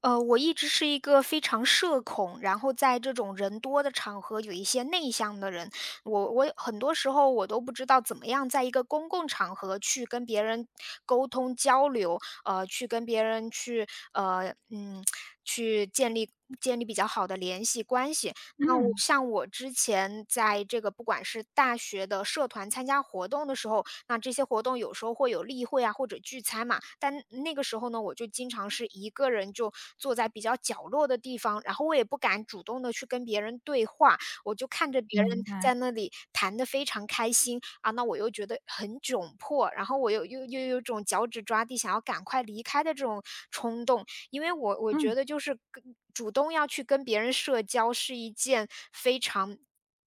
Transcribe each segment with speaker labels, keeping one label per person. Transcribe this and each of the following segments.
Speaker 1: 我一直是一个非常社恐，然后在这种人多的场合有一些内向的人。我很多时候我都不知道怎么样在一个公共场合去跟别人沟通交流，呃，去跟别人去呃嗯 去建立建立比较好的联系关系。那我
Speaker 2: 嗯，
Speaker 1: 像我之前在这个不管是大学的社团参加活动的时候，那这些活动有时候会有例会啊，或者聚餐嘛，但那个时候呢，我就经常是一个人就坐在比较角落的地方，然后我也不敢主动的去跟别人对话，我就看着别人
Speaker 2: 明白。
Speaker 1: 在那里谈的非常开心，啊，那我又觉得很窘迫，然后我又有种脚趾抓地想要赶快离开的这种冲动。因为我觉
Speaker 2: 嗯，
Speaker 1: 得就是跟主动要去跟别人社交是一件非常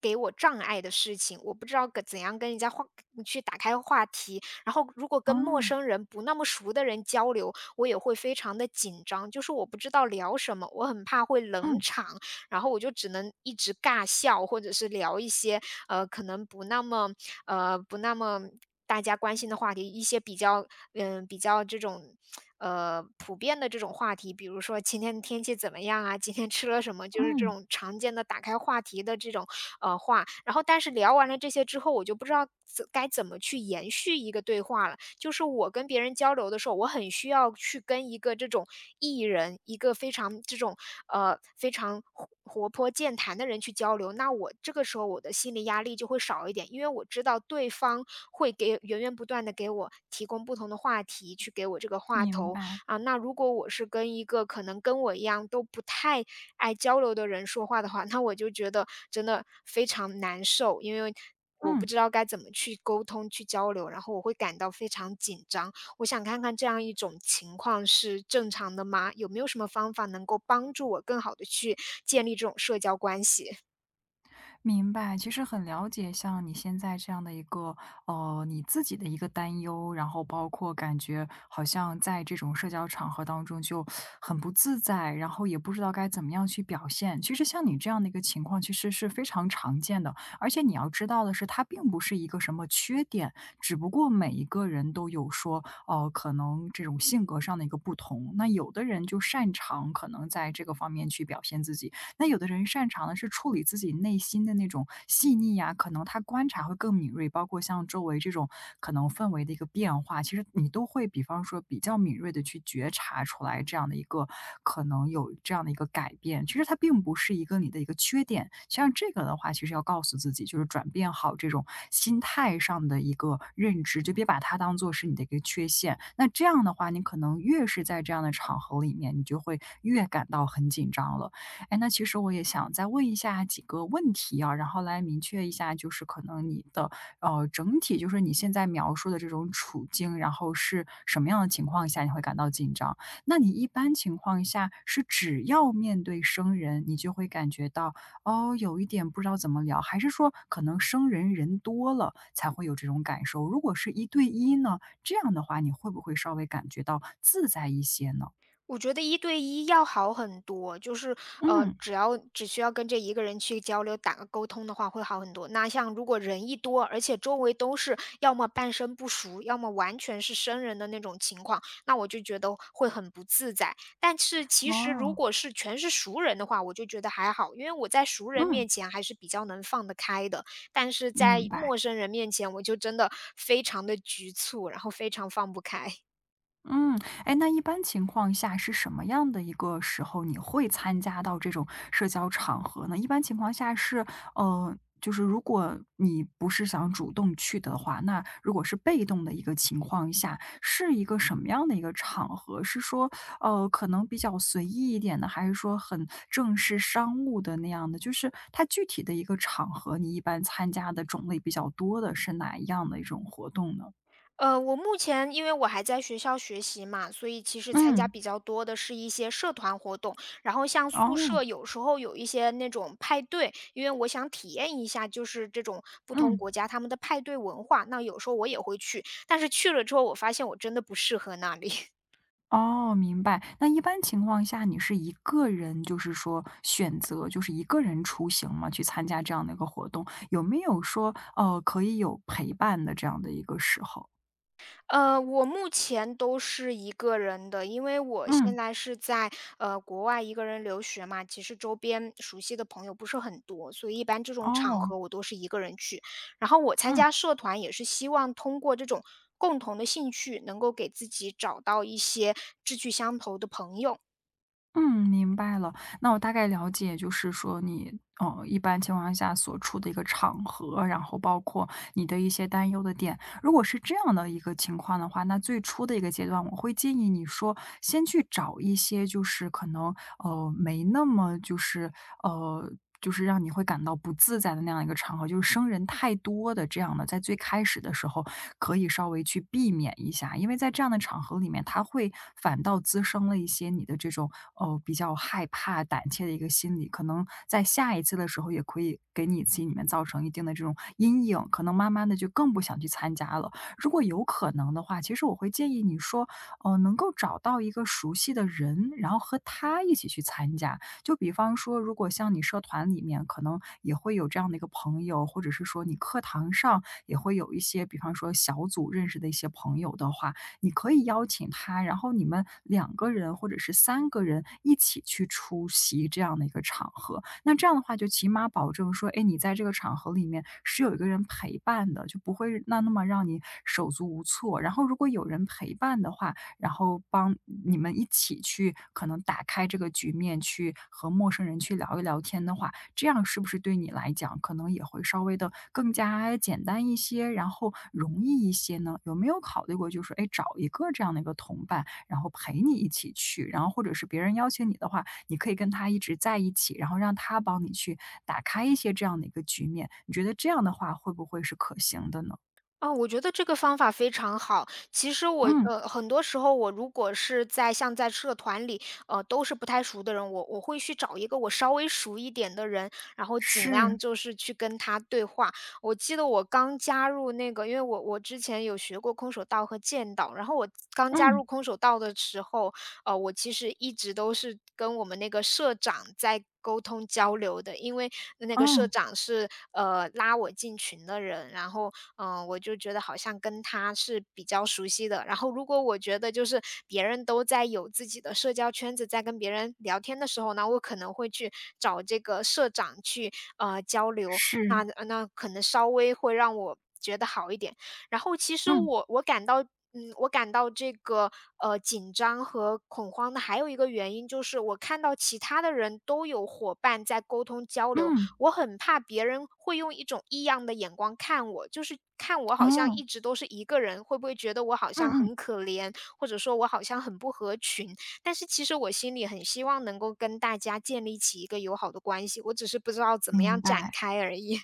Speaker 1: 给我障碍的事情，我不知道跟怎样跟人家话去打开话题，然后如果
Speaker 2: 哦，
Speaker 1: 跟陌生人不那么熟的人交流，我也会非常的紧张，就是我不知道聊什么，我很怕会冷
Speaker 2: 嗯，
Speaker 1: 场，然后我就只能一直尬笑，或者是聊一些可能不那么不那么大家关心的话题，一些比较嗯，比较这种，普遍的这种话题，比如说今天的天气怎么样啊，今天吃了什么，就是这
Speaker 2: 嗯，
Speaker 1: 种常见的打开话题的这种，话。然后但是聊完了这些之后，我就不知道该怎么去延续一个对话了。就是我跟别人交流的时候，我很需要去跟一个这种艺人，一个非常这种非常活泼健谈的人去交流，那我这个时候我的心理压力就会少一点，因为我知道对方会给源源不断的给我提供不同的话题，去给我这个话
Speaker 2: 明
Speaker 1: 头
Speaker 2: 白，
Speaker 1: 啊。那如果我是跟一个可能跟我一样都不太爱交流的人说话的话，那我就觉得真的非常难受，因为我不
Speaker 2: 嗯。
Speaker 1: 知道该怎么去沟通、去交流，然后我会感到非常紧张。我想看看这样一种情况是正常的吗？有没有什么方法能够帮助我更好的去建立这种社交关系？
Speaker 2: 明白，其实很了解，像你现在这样的一个，你自己的一个担忧，然后包括感觉好像在这种社交场合当中就很不自在，然后也不知道该怎么样去表现。其实像你这样的一个情况，其实是非常常见的，而且你要知道的是，它并不是一个什么缺点，只不过每一个人都有说，可能这种性格上的一个不同。那有的人就擅长可能在这个方面去表现自己。那有的人擅长的是处理自己内心的那种细腻呀，可能他观察会更敏锐，包括像周围这种可能氛围的一个变化，其实你都会比方说比较敏锐的去觉察出来这样的一个可能有这样的一个改变。其实它并不是一个你的一个缺点，像这个的话，其实要告诉自己，就是转变好这种心态上的一个认知，就别把它当做是你的一个缺陷。那这样的话，你可能越是在这样的场合里面，你就会越感到很紧张了。哎，那其实我也想再问一下几个问题啊，然后来明确一下，就是可能你的整体，就是你现在描述的这种处境，然后是什么样的情况下你会感到紧张？那你一般情况下是只要面对生人，你就会感觉到哦有一点不知道怎么聊，还是说可能生人人多了才会有这种感受？如果是一对一呢，这样的话你会不会稍微感觉到自在一些呢？
Speaker 1: 我觉得一对一要好很多，就是，
Speaker 2: 嗯，
Speaker 1: 只需要跟这一个人去交流、打个沟通的话，会好很多。那像如果人一多，而且周围都是要么半生不熟，要么完全是生人的那种情况，那我就觉得会很不自在。但是其实如
Speaker 2: 哦，
Speaker 1: 果是全是熟人的话，我就觉得还好，因为我在熟人
Speaker 2: 嗯，
Speaker 1: 面前还是比较能放得开的，但是
Speaker 2: 明
Speaker 1: 在
Speaker 2: 白。
Speaker 1: 陌生人面前，我就真的非常的局促，然后非常放不开。
Speaker 2: 嗯，哎，那一般情况下是什么样的一个时候你会参加到这种社交场合呢？一般情况下是，呃，就是如果你不是想主动去的话，那如果是被动的一个情况下，是一个什么样的一个场合？是说，可能比较随意一点的，还是说很正式商务的那样的？就是它具体的一个场合，你一般参加的种类比较多的是哪一样的一种活动呢？
Speaker 1: 我目前因为我还在学校学习嘛，所以其实参加
Speaker 2: 嗯，
Speaker 1: 比较多的是一些社团活动，然后像宿
Speaker 2: 哦，
Speaker 1: 舍有时候有一些那种派对，因为我想体验一下就是这种不同
Speaker 2: 嗯。
Speaker 1: 国家他们的派对文化，那有时候我也会去，但是去了之后我发现我真的不适合那里。
Speaker 2: 哦，明白。那一般情况下，你是一个人，就是说选择就是一个人出行嘛，去参加这样的一个活动，有没有说，可以有陪伴的这样的一个时候？
Speaker 1: 我目前都是一个人的，因为我现
Speaker 2: 嗯，
Speaker 1: 在是在国外一个人留学嘛，其实周边熟悉的朋友不是很多，所以一般这种场
Speaker 2: 哦，
Speaker 1: 合我都是一个人去。然后我参
Speaker 2: 嗯。
Speaker 1: 加社团也是希望通过这种共同的兴趣，能够给自己找到一些志趣相投的朋友。
Speaker 2: 嗯，明白了。那我大概了解，就是说你，一般情况下所处的一个场合，然后包括你的一些担忧的点。如果是这样的一个情况的话，那最初的一个阶段，我会建议你说，先去找一些就是可能，呃，没那么就是呃。就是让你会感到不自在的那样一个场合，就是生人太多的这样的，在最开始的时候，可以稍微去避免一下。因为在这样的场合里面，他会反倒滋生了一些你的这种，比较害怕、胆怯的一个心理，可能在下一次的时候也可以给你心里面造成一定的这种阴影，可能慢慢的就更不想去参加了。如果有可能的话，其实我会建议你说，能够找到一个熟悉的人，然后和他一起去参加。就比方说，如果像你社团里面可能也会有这样的一个朋友，或者是说你课堂上也会有一些，比方说小组认识的一些朋友的话，你可以邀请他，然后你们两个人或者是三个人一起去出席这样的一个场合。那这样的话，就起码保证说，哎，你在这个场合里面是有一个人陪伴的，就不会那么让你手足无措。然后如果有人陪伴的话，然后帮你们一起去可能打开这个局面，去和陌生人去聊一聊天的话，这样是不是对你来讲可能也会稍微的更加简单一些，然后容易一些呢？有没有考虑过就是，哎，找一个这样的一个同伴，然后陪你一起去，然后或者是别人邀请你的话，你可以跟他一直在一起，然后让他帮你去打开一些这样的一个局面，你觉得这样的话会不会是可行的呢？
Speaker 1: 哦，我觉得这个方法非常好。其实我
Speaker 2: 嗯，
Speaker 1: 很多时候我如果是在像在社团里，都是不太熟的人，我会去找一个我稍微熟一点的人，然后尽量
Speaker 2: 是，
Speaker 1: 就是去跟他对话。我记得我刚加入那个，因为我之前有学过空手道和剑道，然后我刚加
Speaker 2: 嗯，
Speaker 1: 入空手道的时候，我其实一直都是跟我们那个社长在沟通交流的，因为那个社
Speaker 2: 嗯，
Speaker 1: 长是拉我进群的人，然后我就觉得好像跟他是比较熟悉的。然后如果我觉得就是别人都在有自己的社交圈子，在跟别人聊天的时候呢，我可能会去找这个社长去交流，
Speaker 2: 是，
Speaker 1: 那可能稍微会让我觉得好一点。然后其实
Speaker 2: 嗯。
Speaker 1: 我感到我感到这个，紧张和恐慌的还有一个原因，就是我看到其他的人都有伙伴在沟通交流，
Speaker 2: 嗯，
Speaker 1: 我很怕别人会用一种异样的眼光看我，就是看我好像
Speaker 2: 哦，
Speaker 1: 一直都是一个人，会不会觉得我好像
Speaker 2: 嗯嗯，
Speaker 1: 很可怜，或者说我好像很不合群。但是其实我心里很希望能够跟大家建立起一个友好的关系，我只是不知道怎么
Speaker 2: 明
Speaker 1: 样展
Speaker 2: 白
Speaker 1: 开而已。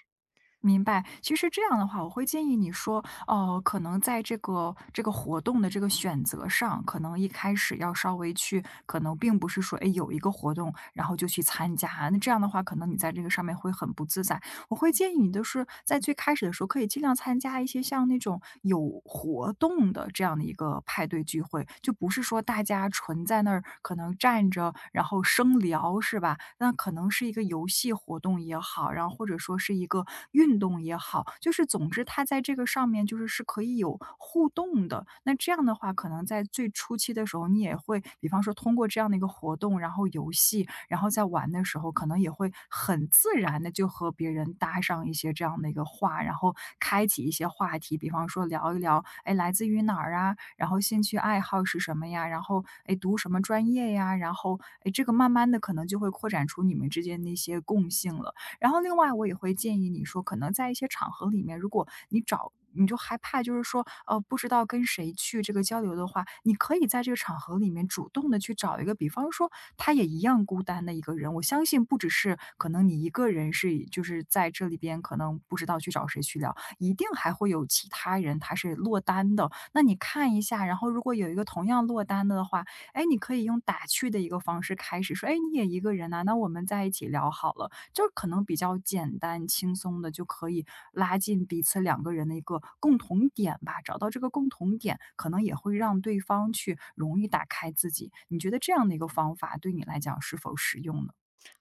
Speaker 2: 明白。其实这样的话，我会建议你说，可能在这个活动的这个选择上，可能一开始要稍微去，可能并不是说，哎，有一个活动，然后就去参加，那这样的话，可能你在这个上面会很不自在。我会建议你的是，在最开始的时候可以尽量参加一些像那种有活动的这样的一个派对聚会，就不是说大家纯在那儿可能站着，然后生聊，是吧？那可能是一个游戏活动也好，然后或者说是一个运动也好，就是总之它在这个上面就是可以有互动的。那这样的话，可能在最初期的时候，你也会比方说通过这样的一个活动，然后游戏，然后在玩的时候，可能也会很自然的就和别人搭上一些这样的一个话，然后开启一些话题，比方说聊一聊，哎，来自于哪儿啊？然后兴趣爱好是什么呀？然后，哎，读什么专业呀？然后，哎，这个慢慢的可能就会扩展出你们之间的一些共性了。然后另外我也会建议你说，可能在一些场合里面，如果你找你就害怕就是说，不知道跟谁去这个交流的话，你可以在这个场合里面主动的去找一个，比方说他也一样孤单的一个人。我相信不只是可能你一个人是以就是在这里边可能不知道去找谁去聊，一定还会有其他人他是落单的。那你看一下，然后如果有一个同样落单的话，哎，你可以用打趣的一个方式开始说，哎，你也一个人呐，那我们在一起聊好了。就是可能比较简单轻松的，就可以拉近彼此两个人的一个共同点吧，找到这个共同点，可能也会让对方去容易打开自己。你觉得这样的一个方法对你来讲是否实用呢？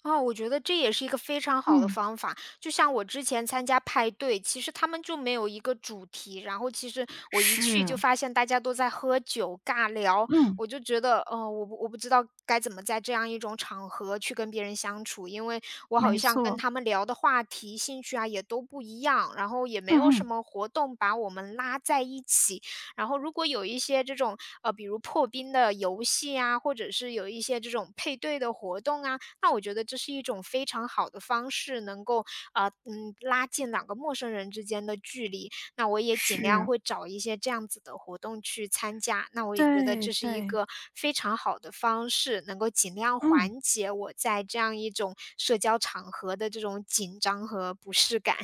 Speaker 1: 哦，我觉得这也是一个非常好的
Speaker 2: 嗯，
Speaker 1: 方法。就像我之前参加派对，其实他们就没有一个主题，然后其实我一去
Speaker 2: 是，
Speaker 1: 就发现大家都在喝酒尬聊，
Speaker 2: 嗯，
Speaker 1: 我就觉得，我不知道该怎么在这样一种场合去跟别人相处，因为我好
Speaker 2: 没
Speaker 1: 像跟
Speaker 2: 错，
Speaker 1: 他们聊的话题、兴趣啊也都不一样，然后也没
Speaker 2: 嗯
Speaker 1: 有什
Speaker 2: 嗯，
Speaker 1: 么活动把我们拉在一起，然后如果有一些这种比如破冰的游戏啊，或者是有一些这种配对的活动啊，那我觉得这是一种非常好的方式，能够拉近两个陌生人之间的距离。那我也尽量
Speaker 2: 是，
Speaker 1: 会找一些这样子的活动去参加。那我也觉得
Speaker 2: 对
Speaker 1: 这是一
Speaker 2: 对，
Speaker 1: 个非常好的方式，能够尽量
Speaker 2: 嗯。
Speaker 1: 缓解我在这样一种社交场合的这种紧张和不适感。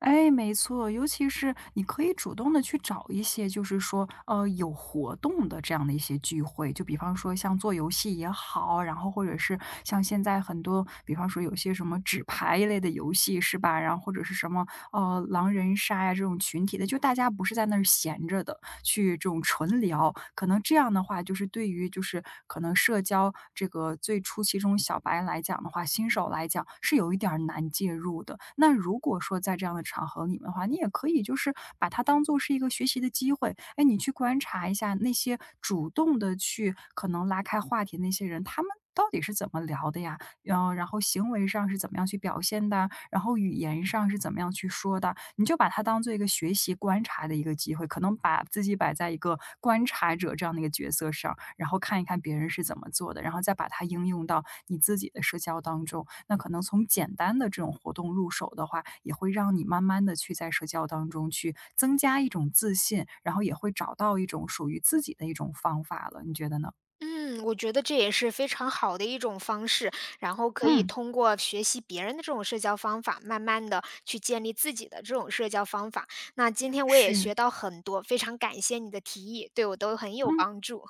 Speaker 2: 哎，没错，尤其是你可以主动的去找一些，就是说，有活动的这样的一些聚会。就比方说像做游戏也好，然后或者是像现在很多，比方说有些什么纸牌一类的游戏是吧？然后或者是什么，狼人杀呀这种群体的，就大家不是在那儿闲着的，去这种纯聊。可能这样的话，就是对于就是可能社交这个最初期中小白来讲的话，新手来讲是有一点儿难介入的。那如果说在这样的场合里面的话，你也可以就是把它当做是一个学习的机会，哎，你去观察一下那些主动的去可能拉开话题那些人，他们。到底是怎么聊的呀？然后行为上是怎么样去表现的啊？然后语言上是怎么样去说的啊？你就把它当做一个学习观察的一个机会，可能把自己摆在一个观察者这样的一个角色上，然后看一看别人是怎么做的，然后再把它应用到你自己的社交当中。那可能从简单的这种活动入手的话，也会让你慢慢的去在社交当中去增加一种自信，然后也会找到一种属于自己的一种方法了，你觉得呢？
Speaker 1: 嗯，我觉得这也是非常好的一种方式，然后可以
Speaker 2: 嗯，
Speaker 1: 通过学习别人的这种社交方法，慢慢的去建立自己的这种社交方法。那今天我也
Speaker 2: 是，
Speaker 1: 学到很多，非常感谢你的提议，对我都很有
Speaker 2: 嗯，
Speaker 1: 帮助。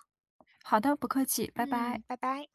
Speaker 2: 好的，不客气，拜拜。
Speaker 1: 嗯，拜拜。